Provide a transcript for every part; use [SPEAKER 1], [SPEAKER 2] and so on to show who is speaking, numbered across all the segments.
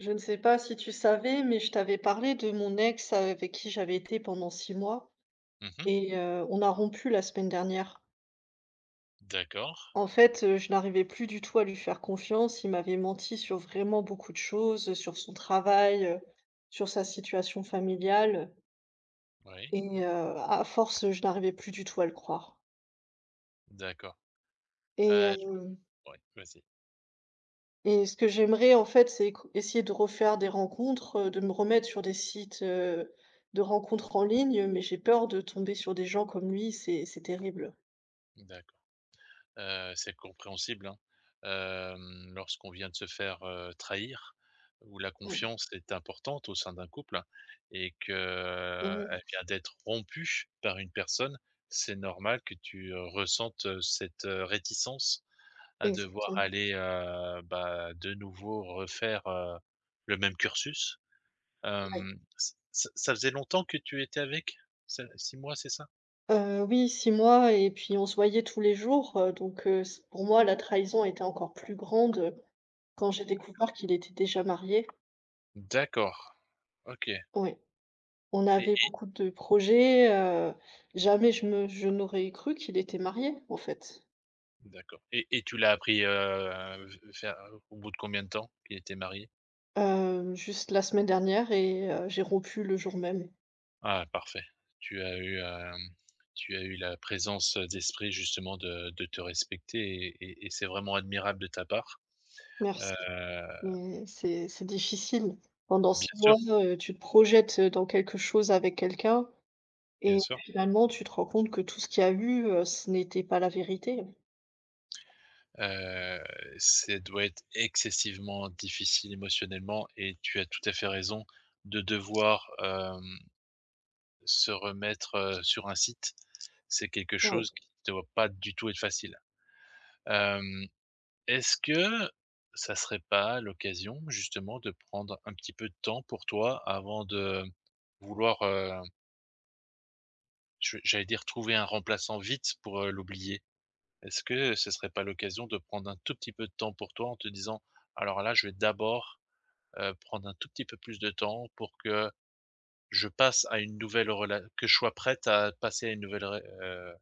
[SPEAKER 1] Je ne sais pas si tu savais, mais je t'avais parlé de mon ex avec qui j'avais été pendant 6 mois
[SPEAKER 2] Mmh.
[SPEAKER 1] et on a rompu la semaine dernière.
[SPEAKER 2] D'accord,
[SPEAKER 1] En fait, je n'arrivais plus du tout à lui faire confiance. Il m'avait menti sur vraiment beaucoup de choses, sur son travail, sur sa situation familiale.
[SPEAKER 2] oui,
[SPEAKER 1] À force, je n'arrivais plus du tout à le croire.
[SPEAKER 2] d'accord.
[SPEAKER 1] Et
[SPEAKER 2] Je
[SPEAKER 1] euh,
[SPEAKER 2] comprends. Ouais, vas-y.
[SPEAKER 1] Et ce que j'aimerais en fait, c'est co essayer de refaire des rencontres, de me remettre sur des sites, de rencontres en ligne, mais j'ai peur de tomber sur des gens comme lui, c'est terrible.
[SPEAKER 2] D'accord. C'est compréhensible, hein. Lorsqu'on vient de se faire, trahir, où la
[SPEAKER 1] Ouais.
[SPEAKER 2] confiance est importante au sein d'un couple et que
[SPEAKER 1] Mmh.
[SPEAKER 2] elle vient d'être rompue par une personne, c'est normal que tu, ressentes, cette, réticence à devoir
[SPEAKER 1] Exactement.
[SPEAKER 2] aller, bah, de nouveau refaire, le même cursus.
[SPEAKER 1] Ouais.
[SPEAKER 2] Hem, ç ça faisait longtemps que tu étais avec? Ça 6 mois, c'est ça?
[SPEAKER 1] Oui, 6 mois et puis on se voyait tous les jours, donc c pour moi la trahison était encore plus grande, quand j'ai découvert qu'il était déjà marié.
[SPEAKER 2] D'accord. OK
[SPEAKER 1] Oui, on
[SPEAKER 2] et
[SPEAKER 1] avait
[SPEAKER 2] et
[SPEAKER 1] beaucoup de projets, jamais je n'aurais cru qu'il était marié, en fait.
[SPEAKER 2] d'accord et tu l'as appris, v vers au bout de combien de temps qu'il était marié?
[SPEAKER 1] Juste la semaine dernière et j'ai rompu le jour même.
[SPEAKER 2] Ah parfait. Tu as eu, hem, tu as eu la présence d'esprit justement de te respecter et c'est vraiment admirable de ta part. Heu,
[SPEAKER 1] Merci. Mais c'est difficile. Pendant
[SPEAKER 2] bien
[SPEAKER 1] 6
[SPEAKER 2] sûr,
[SPEAKER 1] mois, tu te projettes dans quelque chose avec quelqu'un
[SPEAKER 2] bien
[SPEAKER 1] et
[SPEAKER 2] sûr.
[SPEAKER 1] finalement tu te rends compte que tout ce qu'il y a eu, ce n'était pas la vérité.
[SPEAKER 2] Heu, ça doit être excessivement difficile émotionnellement et tu as tout à fait raison de devoir, se remettre, sur un site. C'est quelque
[SPEAKER 1] Ouais.
[SPEAKER 2] chose qui ne doit pas du tout être facile. Hem, est-ce que ça serait pas l'occasion justement de prendre un petit peu de temps pour toi avant de vouloir, je j'allais dire trouver un remplaçant vite pour, l'oublier? Est-ce que ce serait pas l'occasion de prendre un tout petit peu de temps pour toi en te disant: «Alors là, je vais d'abord prendre un tout petit peu plus de temps pour que je passe à une nouvelle rela que je sois prête à passer à une nouvelle re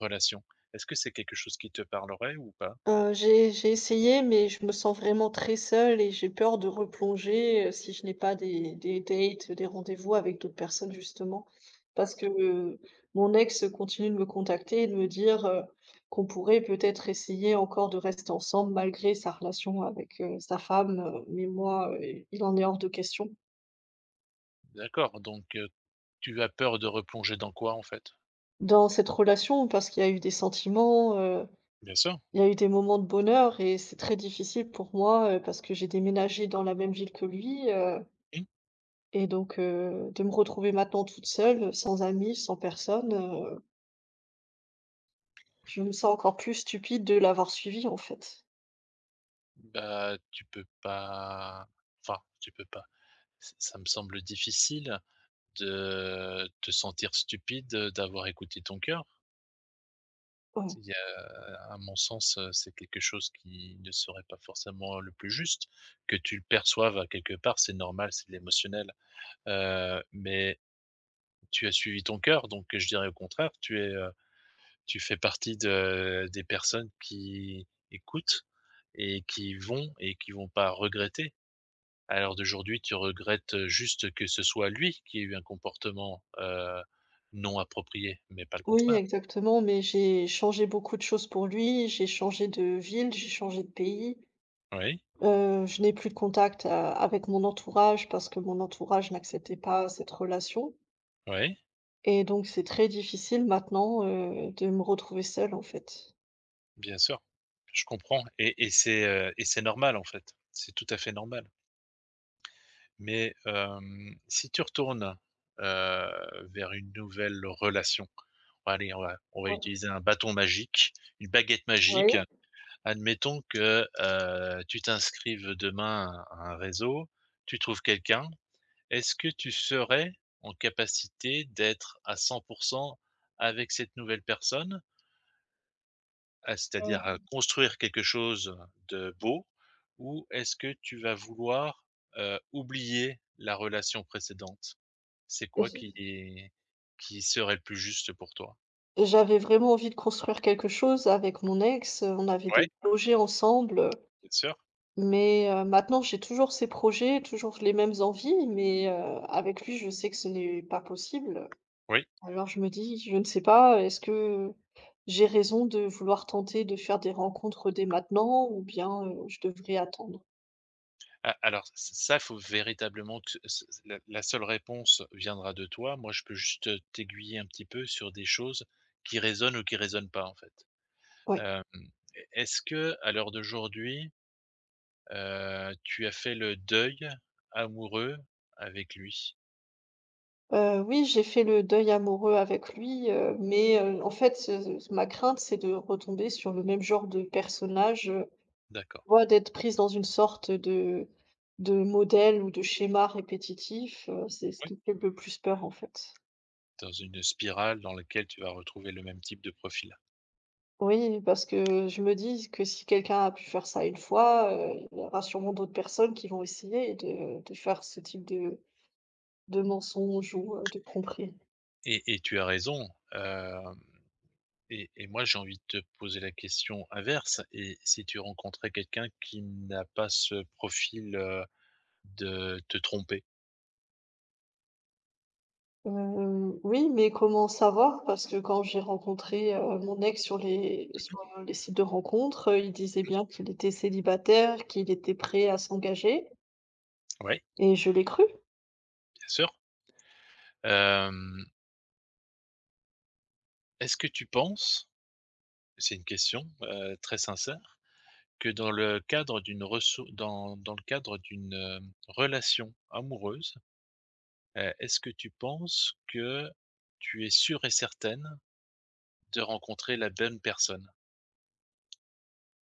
[SPEAKER 2] relation. Est-ce que c'est quelque chose qui te parlerait ou pas?
[SPEAKER 1] J'ai essayé, mais je me sens vraiment très seule et j'ai peur de replonger, si je n'ai pas des dates, des rendez-vous avec d'autres personnes justement. Parce que mon ex continue de me contacter et de me dire, qu'on pourrait peut-être essayer encore de rester ensemble malgré sa relation avec, sa femme, mais moi, il en est hors de question.
[SPEAKER 2] D'accord, donc tu as peur de replonger dans quoi, en fait?
[SPEAKER 1] Dans cette relation, parce qu'il y a eu des sentiments,
[SPEAKER 2] Bien sûr,
[SPEAKER 1] il y a eu des moments de bonheur et c'est très difficile pour moi, parce que j'ai déménagé dans la même ville que lui.
[SPEAKER 2] mmh,
[SPEAKER 1] Et donc, de me retrouver maintenant toute seule, sans amis, sans personne, je me sens encore plus stupide de l'avoir suivi, en fait.
[SPEAKER 2] bah, tu peux pas enfin, tu peux pas. Ç ça me semble difficile de te sentir stupide, d'avoir écouté ton cœur.
[SPEAKER 1] Ouais.
[SPEAKER 2] À mon sens, c'est quelque chose qui ne serait pas forcément le plus juste. Que tu le perçoives, quelque part, c'est normal, c'est de l'émotionnel, mais tu as suivi ton cœur, donc je dirais au contraire, tu fais partie de des personnes qui écoutent et qui vont pas regretter. À l'heure d'aujourd'hui, tu regrettes, juste que ce soit lui qui ait eu un comportement, non approprié, mais pas le
[SPEAKER 1] Oui,
[SPEAKER 2] contraire.
[SPEAKER 1] exactement, mais j'ai changé beaucoup de choses pour lui, j'ai changé de ville, j'ai changé de pays.
[SPEAKER 2] Oui,
[SPEAKER 1] Je n'ai plus de contact, avec mon entourage parce que mon entourage n'acceptait pas cette relation
[SPEAKER 2] oui.
[SPEAKER 1] et donc c'est très difficile maintenant, de me retrouver seule, en fait.
[SPEAKER 2] Bien sûr, je comprends et c'est normal, en fait. C'est tout à fait normal. Mais, si tu retournes, vers une nouvelle relation, bon, allez, on va
[SPEAKER 1] Ouais.
[SPEAKER 2] utiliser un bâton magique, une baguette
[SPEAKER 1] Oui.
[SPEAKER 2] magique. Admettons que, tu t'inscrives demain à un réseau, tu trouves quelqu'un. Est-ce que tu serais en capacité d'être à 100 avec cette nouvelle personne? Ah, c'est-à-dire,
[SPEAKER 1] Mmh.
[SPEAKER 2] construire quelque chose de beau ou est-ce que tu vas vouloir, oublier la relation précédente? C'est quoi qui serait le plus juste pour toi?
[SPEAKER 1] Et j'avais vraiment envie de construire quelque chose avec mon ex, on avait
[SPEAKER 2] Oui,
[SPEAKER 1] des projets ensemble,
[SPEAKER 2] bien sûr,
[SPEAKER 1] mais maintenant j'ai toujours ces projets, toujours les mêmes envies, mais avec lui, je sais que ce n'est pas possible.
[SPEAKER 2] oui.
[SPEAKER 1] Alors je me dis : « Je ne sais pas, est-ce que j'ai raison de vouloir tenter de faire des rencontres dès maintenant ou bien, je devrais attendre ? »
[SPEAKER 2] A alors ç ça, faut véritablement que ce la seule réponse viendra de toi. Moi, je peux juste t'aiguiller un petit peu sur des choses qui résonnent ou qui résonnent pas, en fait.
[SPEAKER 1] Oui.
[SPEAKER 2] Hem, e Est-ce que à l'heure d'aujourd'hui, tu as fait le deuil amoureux avec lui.
[SPEAKER 1] Oui, j'ai fait le deuil amoureux avec lui, mais en fait, ma crainte, c'est de retomber sur le même genre de personnage,
[SPEAKER 2] D'accord,
[SPEAKER 1] vois, d'être prise dans une sorte de modèle ou de schéma répétitif, c'est ce
[SPEAKER 2] oui,
[SPEAKER 1] qui me fait le plus peur, en fait.
[SPEAKER 2] dans une spirale dans laquelle tu vas retrouver le même type de profil
[SPEAKER 1] Oui, parce que je me dis que si quelqu'un a pu faire ça une fois, il y aura sûrement d'autres personnes qui vont essayer de faire ce type de mensonge ou, de tromperie.
[SPEAKER 2] et tu as raison, hem et moi, j'ai envie de te poser la question inverse et si tu rencontrais quelqu'un qui n'a pas ce profil, de te tromper?
[SPEAKER 1] Oui, mais comment savoir? Parce que quand j'ai rencontré, mon ex sur les sites de rencontres, il disait bien qu'il était célibataire, qu'il était prêt à s'engager
[SPEAKER 2] Oui,
[SPEAKER 1] et je l'ai cru.
[SPEAKER 2] bien sûr. Hem, est-ce que tu penses, c'est une question, très sincère que dans le cadre d'une ressou dans dans le cadre d'une, relation amoureuse, est-ce que tu penses que tu es sûre et certaine de rencontrer la bonne personne?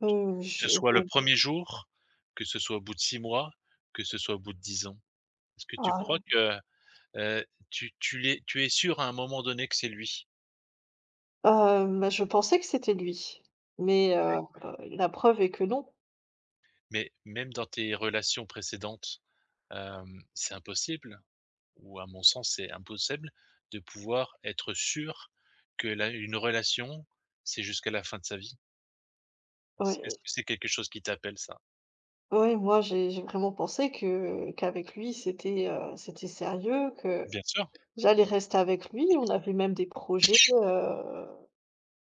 [SPEAKER 2] Que ce soit le
[SPEAKER 1] Je
[SPEAKER 2] premier jour, que ce soit au bout de 6 mois, que ce soit au bout de 10 ans. Est-ce que tu crois
[SPEAKER 1] ah,
[SPEAKER 2] que, tu es sûr à un moment donné que c'est lui?
[SPEAKER 1] bah, je pensais que c'était lui, mais la preuve est que non.
[SPEAKER 2] Mais même dans tes relations précédentes, c'est impossible. Ou à mon sens, c'est impossible de pouvoir être sûr que la une relation, c'est jusqu'à la fin de sa vie. C Est-ce
[SPEAKER 1] Ouais.
[SPEAKER 2] que c'est quelque chose qui t'appelle ça?
[SPEAKER 1] Ouais, moi j'ai vraiment pensé que qu'avec lui c'était, c'était sérieux, que
[SPEAKER 2] Bien sûr,
[SPEAKER 1] j'allais rester avec lui. On avait même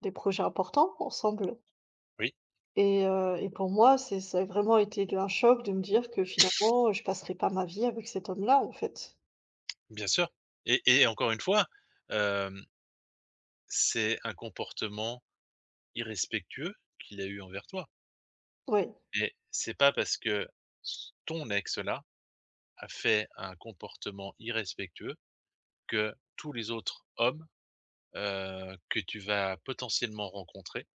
[SPEAKER 1] des projets importants ensemble
[SPEAKER 2] oui,
[SPEAKER 1] et pour moi, c'est ça a vraiment été de un choc de me dire que finalement, je passerai pas ma vie avec cet homme-là, en fait.
[SPEAKER 2] bien sûr et encore une fois, hem, c'est un comportement irrespectueux qu'il a eu envers toi
[SPEAKER 1] Ouais.
[SPEAKER 2] et c'est pas parce que s ton ex là, a fait un comportement irrespectueux que tous les autres hommes, que tu vas potentiellement rencontrer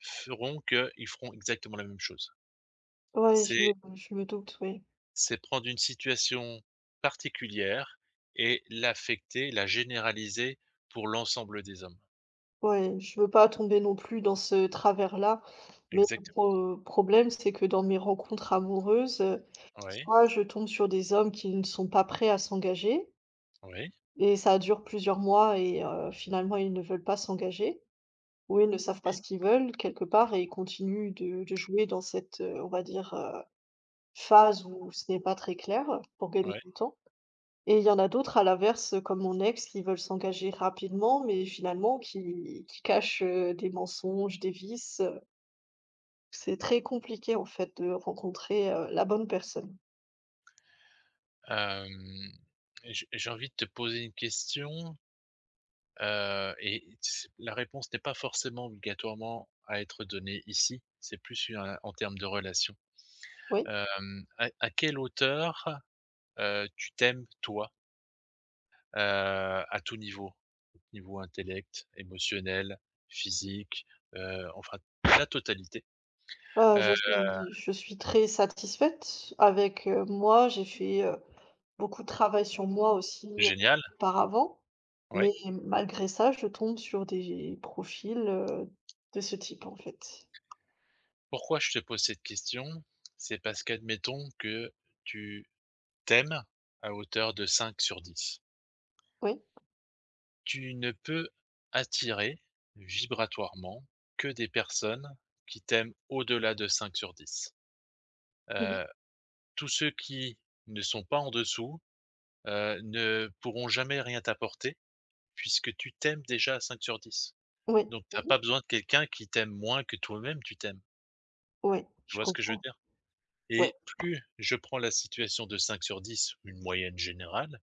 [SPEAKER 2] feront qu'ils feront exactement la même chose.
[SPEAKER 1] Ouais, je
[SPEAKER 2] C'est
[SPEAKER 1] me je me doute, oui.
[SPEAKER 2] c'est prendre une situation particulière et l'affecter, la généraliser pour l'ensemble des hommes.
[SPEAKER 1] Ouais, je veux pas tomber non plus dans ce travers-là, mais le
[SPEAKER 2] Exactement.
[SPEAKER 1] problème, c'est que dans mes rencontres amoureuses,
[SPEAKER 2] Oui,
[SPEAKER 1] soit je tombe sur des hommes qui ne sont pas prêts à s'engager
[SPEAKER 2] oui,
[SPEAKER 1] et ça dure plusieurs mois et finalement ils ne veulent pas s'engager ou ils ne savent pas
[SPEAKER 2] oui,
[SPEAKER 1] ce qu'ils veulent quelque part et ils continuent de jouer dans cette, on va dire, phase où ce n'est pas très clair pour gagner
[SPEAKER 2] oui.
[SPEAKER 1] du temps. Et il y en a d'autres à l'inverse, comme mon ex, qui veulent s'engager rapidement, mais finalement qui cachent, des mensonges, des vices. C'est très compliqué en fait de rencontrer, la bonne personne.
[SPEAKER 2] Hem, j J'ai envie de te poser une question, et c la réponse n'est pas forcément obligatoirement à être donnée ici, c'est plus un en termes de relation.
[SPEAKER 1] Oui,
[SPEAKER 2] Hem, à quelle hauteur, tu t'aimes toi? Heu, à tout niveau? Niveau intellect, émotionnel, physique, enfin la totalité.
[SPEAKER 1] je
[SPEAKER 2] Heu,
[SPEAKER 1] suis je suis très satisfaite avec, moi. J'ai fait, beaucoup de travail sur moi aussi,
[SPEAKER 2] génial,
[SPEAKER 1] auparavant, mais
[SPEAKER 2] ouais.
[SPEAKER 1] malgré ça, je tombe sur des profils, de ce type en fait.
[SPEAKER 2] Pourquoi je te pose cette question? C'est parce qu'admettons que tu t'aimes à hauteur de 5 sur 10.
[SPEAKER 1] Oui.
[SPEAKER 2] Tu ne peux attirer vibratoirement que des personnes qui t'aiment au-delà de 5 sur 10.
[SPEAKER 1] Mmh.
[SPEAKER 2] Heu, tous ceux qui ne sont pas en dessous, ne pourront jamais rien t'apporter puisque tu t'aimes déjà à 5 sur 10.
[SPEAKER 1] Oui.
[SPEAKER 2] Donc
[SPEAKER 1] Mmh
[SPEAKER 2] t'as
[SPEAKER 1] mh.
[SPEAKER 2] pas besoin de quelqu'un qui t'aime moins que toi-même tu t'aimes.
[SPEAKER 1] Ouais,
[SPEAKER 2] Tu
[SPEAKER 1] je
[SPEAKER 2] vois ce que je veux
[SPEAKER 1] comprends.
[SPEAKER 2] dire?
[SPEAKER 1] Ouais,
[SPEAKER 2] Et plus je prends la situation de 5 sur 10, une moyenne générale,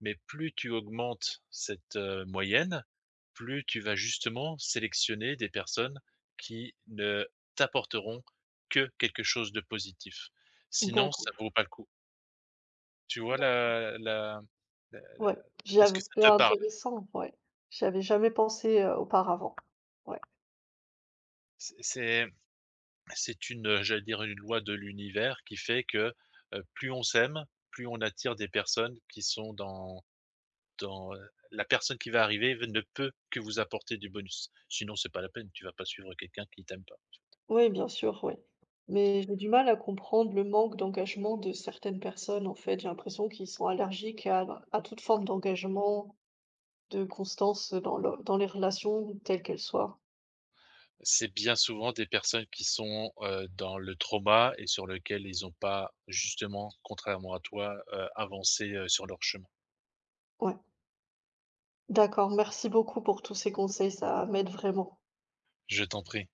[SPEAKER 2] mais plus tu augmentes cette, moyenne, plus tu vas justement sélectionner des personnes qui ne t'apporteront que quelque chose de positif. Sinon, ça
[SPEAKER 1] d'accord.
[SPEAKER 2] vaut pas le coup. Tu vois la la la la.
[SPEAKER 1] Ouais,
[SPEAKER 2] Est-ce
[SPEAKER 1] j'avoue,
[SPEAKER 2] que ça
[SPEAKER 1] c'est
[SPEAKER 2] te parle?
[SPEAKER 1] intéressant, ouais. J'avais jamais pensé, auparavant. Ouais.
[SPEAKER 2] C'est c'est C'est une, j'allais dire une loi de l'univers qui fait que, plus on s'aime, plus on attire des personnes qui sont la personne qui va arriver ne peut que vous apporter du bonus. Sinon, c'est pas la peine, tu vas pas suivre quelqu'un qui t'aime pas.
[SPEAKER 1] Oui, bien sûr, oui. Mais j'ai du mal à comprendre le manque d'engagement de certaines personnes, en fait. J'ai l'impression qu'ils sont allergiques à toute forme d'engagement, de constance dans le dans les relations, telles qu'elles soient.
[SPEAKER 2] C'est bien souvent des personnes qui sont, dans le trauma et sur lequel ils n'ont pas justement, contrairement à toi, avancé, sur leur chemin.
[SPEAKER 1] Ouais. D'accord, merci beaucoup pour tous ces conseils, ça m'aide vraiment.
[SPEAKER 2] Je t'en prie.